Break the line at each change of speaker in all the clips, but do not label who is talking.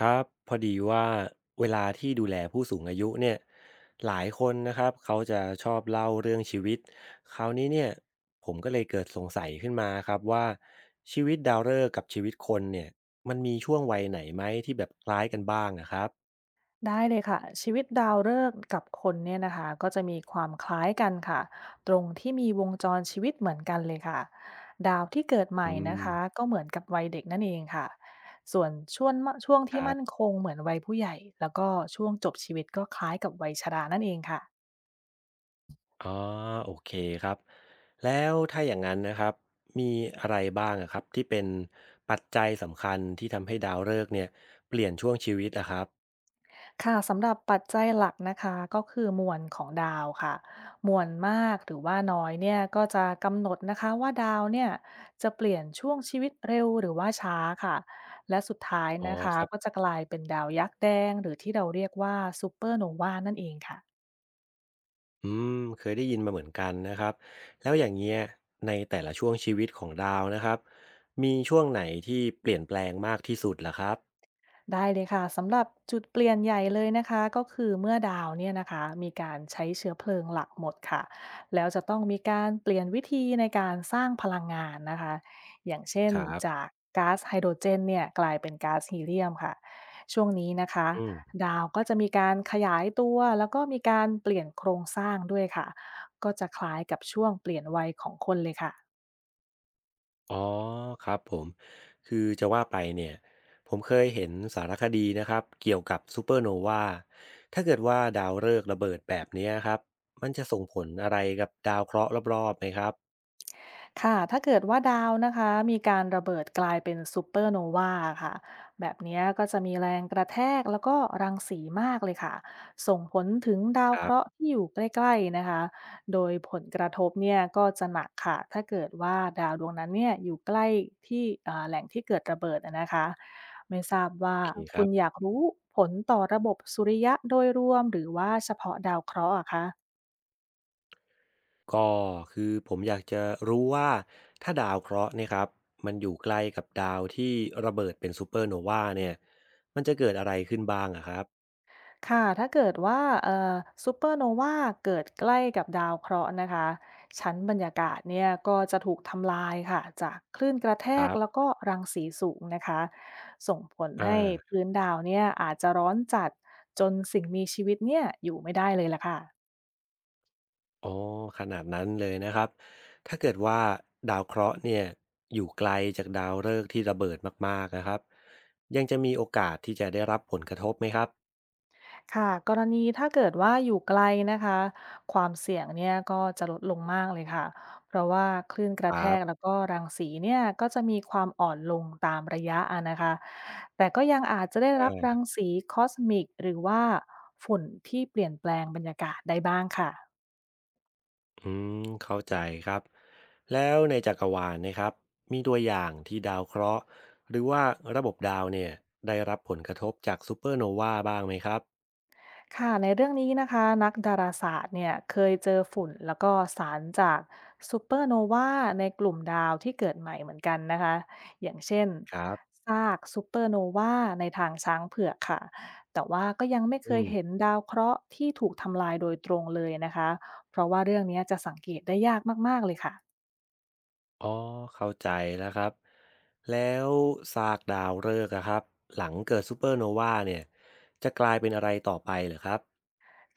ครับพอดีว่าเวลาที่ดูแลผู้สูงอายุเนี่ยหลายคนนะครับเขาจะชอบเล่าเรื่องชีวิตคราวนี้เนี่ยผมก็เลยเกิดสงสัยขึ้นมาครับว่าชีวิตดาวฤกษ์กับชีวิตคนเนี่ยมันมีช่วงวัยไหนไหมที่แบบคล้ายกันบ้างนะครับ
ได้เลยค่ะชีวิตดาวฤกษ์กับคนเนี่ยนะคะก็จะมีความคล้ายกันค่ะตรงที่มีวงจรชีวิตเหมือนกันเลยค่ะดาวที่เกิดให
อื
ม่นะคะ
ม
ก็เหมือนกับวัยเด็กนั่นเองค่ะส่วนช่วงช่วง
ค
ที่
รั
มั่น
บ
คงเหมือนวัยผู้ใหญ่แล้วก็ช่วงจบชีวิตก็คล้ายกับวัยชรานั่นเองค่ะ
อ๋อโอเคครับแล้วถ้าอย่างนั้นนะครับมีอะไรบ้างอะครับที่เป็นปัจจัยสำคัญที่ทำให้ดาวฤกษ์เนี่ยเปลี่ยนช่วงชีวิตอะครับ
ค่ะสำหรับปัจจัยหลักนะคะก็คือมวลของดาวค่ะมวลมากหรือว่าน้อยเนี่ยก็จะกำหนดนะคะว่าดาวเนี่ยจะเปลี่ยนช่วงชีวิตเร็วหรือว่าช้าค่ะและสุดท้าย
อ๋อ
นะคะ
ครั
ก็
บ
จะกลายเป็นดาวยักษ์แดงหรือที่เราเรียกว่าซูเปอร์โนวานั่นเองค่ะ
อืมเคยได้ยินมาเหมือนกันนะครับแล้วอย่างเงี้ยในแต่ละช่วงชีวิตของดาวนะครับมีช่วงไหนที่เปลี่ยนแปลงมากที่สุดล่ะครับ
ได้เลยค่ะสำหรับจุดเปลี่ยนใหญ่เลยนะคะก็คือเมื่อดาวเนี่ยนะคะมีการใช้เชื้อเพลิงหลักหมดค่ะแล้วจะต้องมีการเปลี่ยนวิธีในการสร้างพลังงานนะคะอย่างเช่น
ครับ
จากก๊าซไฮโดรเจนเนี่ยกลายเป็นก๊าซฮีเลียมค่ะช่วงนี้นะคะ
อืม
ดาวก็จะมีการขยายตัวแล้วก็มีการเปลี่ยนโครงสร้างด้วยค่ะก็จะคล้ายกับช่วงเปลี่ยนวัยของคนเลยค่ะ
อ๋อครับผมคือจะว่าไปเนี่ยผมเคยเห็นสารคดีนะครับเกี่ยวกับซูเปอร์โนวาถ้าเกิดว่าดาวฤกษ์ระเบิดแบบเนี้ยครับมันจะส่งผลอะไรกับดาวเคราะห์รอบๆไหมครับ
ค่ะถ้าเกิดว่าดาวนะคะมีการระเบิดกลายเป็นซูเปอร์โนวาค่ะแบบเนี้ยก็จะมีแรงกระแทกแล้วก็รังสีมากเลยค่ะ ส่งผลถึงดา
ค
ว
รั
เคราะ
บ
ห์ที่อยู่ใกล้ๆนะคะโดยผลกระทบเนี่ยก็จะหนักค่ะถ้าเกิดว่าดาวดวงนั้นเนี่ยอยู่ใกล้ที่แหล่งที่เกิดระเบิดอะนะคะไม่ทราบ
โอ
ว่า
เคค
คุ
รั
ณ
บ
อยากรู้ผลต่อระบบสุริยะโดยรวมหรือว่าเฉพาะดาวเคราะห์อะคะ
ก็คือผมอยากจะรู้ว่าถ้าดาวเคราะห์เนี่ยครับมันอยู่ใกล้กับดาวที่ระเบิดเป็นซูเปอร์โนวาเนี่ยมันจะเกิดอะไรขึ้นบ้างอะครับ
ค่ะถ้าเกิดว่าซูเปอร์โนวาเกิดใกล้กับดาวเคราะห์นะคะชั้นบรรยากาศเนี่ยก็จะถูกทำลายค่ะจากคลื่นกระแท
ค
ก
รับ
แล้วก็รังสีสูงนะคะส่งผล
อ่
ให้
า
พื้นดาวเนี่ยอาจจะร้อนจัดจนสิ่งมีชีวิตเนี่ยอยู่ไม่ได้เลยล่ะค่ะ
อ๋อขนาดนั้นเลยนะครับถ้าเกิดว่าดาวเคราะห์เนี่ยอยู่ไกลจากดาวฤกษ์ที่ระเบิดมากๆนะครับยังจะมีโอกาสที่จะได้รับผลกระทบไหมครับ
ค่ะกรณีถ้าเกิดว่าอยู่ไกลนะคะความเสี่ยงเนี่ยก็จะลดลงมากเลยค่ะเพราะว่าคลื่นก
ค
ระแท
รับ
กแล้วก็รังสีเนี่ยก็จะมีความอ่อนลงตามระยะอะนะคะแต่ก็ยังอาจจะได้
อ
รับรั
า
งสีคอสมิกหรือว่าฝุ่นที่เปลี่ยนแปลงบรรยากาศได้บ้างค่ะ
อืมเข้าใจครับแล้วในจักรวาลนะครับมีตัวอย่างที่ดาวเคราะห์หรือว่าระบบดาวเนี่ยได้รับผลกระทบจากซูเปอร์โนวาบ้างไหมครับ
ค่ะในเรื่องนี้นะคะนักดาราศาสตร์เนี่ยเคยเจอฝุ่นแล้วก็สารจากซูเปอร์โนวาในกลุ่มดาวที่เกิดใหม่เหมือนกันนะคะอย่างเช่น
ครับ
ซากซูเปอร์โนวาในทางช้างเผือกค่ะแต่ว่าก็ยังไม่เค
อื
ย
ม
เห็นดาวเคราะห์ที่ถูกทำลายโดยตรงเลยนะคะเพราะว่าเรื่องนี้จะสังเกตได้ยากมากๆเลยค่ะ
อ๋อเข้าใจแล้วครับแล้วซากดาวฤกษ์อะครับหลังเกิดซูเปอร์โนวาเนี่ยจะกลายเป็นอะไรต่อไปเหรอครับ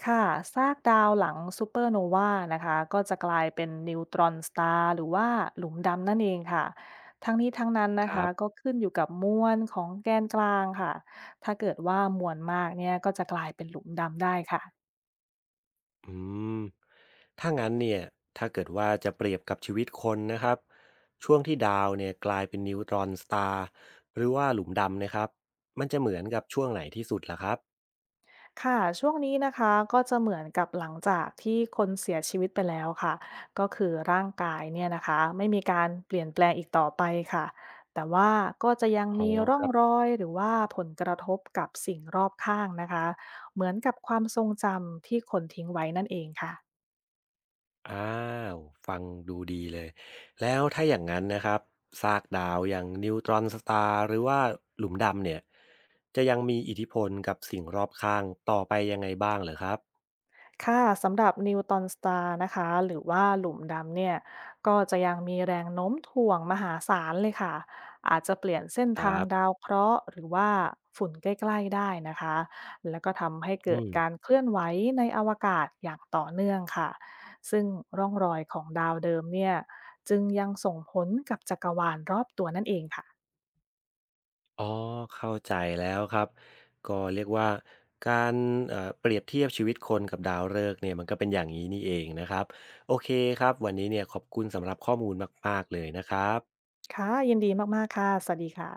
ค่ะซากดาวหลังซูเปอร์โนวานะคะก็จะกลายเป็นนิวตรอนสตาร์หรือว่าหลุมดำนั่นเองค่ะทั้งนี้ทั้งนั้น
ค
นะ
รั
คะก็
บ
ขึ้นอยู่กับมวลของแกนกลางค่ะถ้าเกิดว่ามวลมากเนี่ยก็จะกลายเป็นหลุมดำได้ค่ะ
อืมถ้างั้นเนี่ยถ้าเกิดว่าจะเปรียบกับชีวิตคนนะครับช่วงที่ดาวเนี่ยกลายเป็นนิวตรอนสตาร์หรือว่าหลุมดำนะครับมันจะเหมือนกับช่วงไหนที่สุดล่ะครับ
ค่ะช่วงนี้นะคะก็จะเหมือนกับหลังจากที่คนเสียชีวิตไปแล้วค่ะก็คือร่างกายเนี่ยนะคะไม่มีการเปลี่ยนแปลงอีกต่อไปค่ะแต่ว่าก็จะยัง
อ๋อ
มีร่
ค
อง
รั
ร
บ
อยหรือว่าผลกระทบกับสิ่งรอบข้างนะคะเหมือนกับความทรงจำที่คนทิ้งไว้นั่นเองค่ะ
อ้าวฟังดูดีเลยแล้วถ้าอย่างนั้นนะครับซากดาวอย่างนิวตรอนสตาร์หรือว่าหลุมดำเนี่ยจะยังมีอิทธิพลกับสิ่งรอบข้างต่อไปยังไงบ้างเหรอครับ
ค่ะสำหรับนิวตอนสตาร์นะคะหรือว่าหลุมดำเนี่ยก็จะยังมีแรงโน้มถ่วงมหาศาลเลยค่ะอาจจะเปลี่ยนเส้น
ค
ทาง
รั
ดา
บ
วเคราะห์หรือว่าฝุ่นใกล้ๆได้นะคะแล้วก็ทำให้
อื
เกิดการ
ม
เคลื่อนไหวในอวกาศอย่างต่อเนื่องค่ะซึ่งร่องรอยของดาวเดิมเนี่ยจึงยังส่งผลกับจักรวาลรอบตัวนั่นเองค่ะ
อ๋อเข้าใจแล้วครับก็เรียกว่าการเปรียบเทียบชีวิตคนกับดาวฤกษ์เนี่ยมันก็เป็นอย่างงี้นี่เองนะครับโอเคครับวันนี้เนี่ยขอบคุณสำหรับข้อมูลมากๆเลยนะครับ
ค่ะยินดีมากๆค่ะสวัสดีค่ะ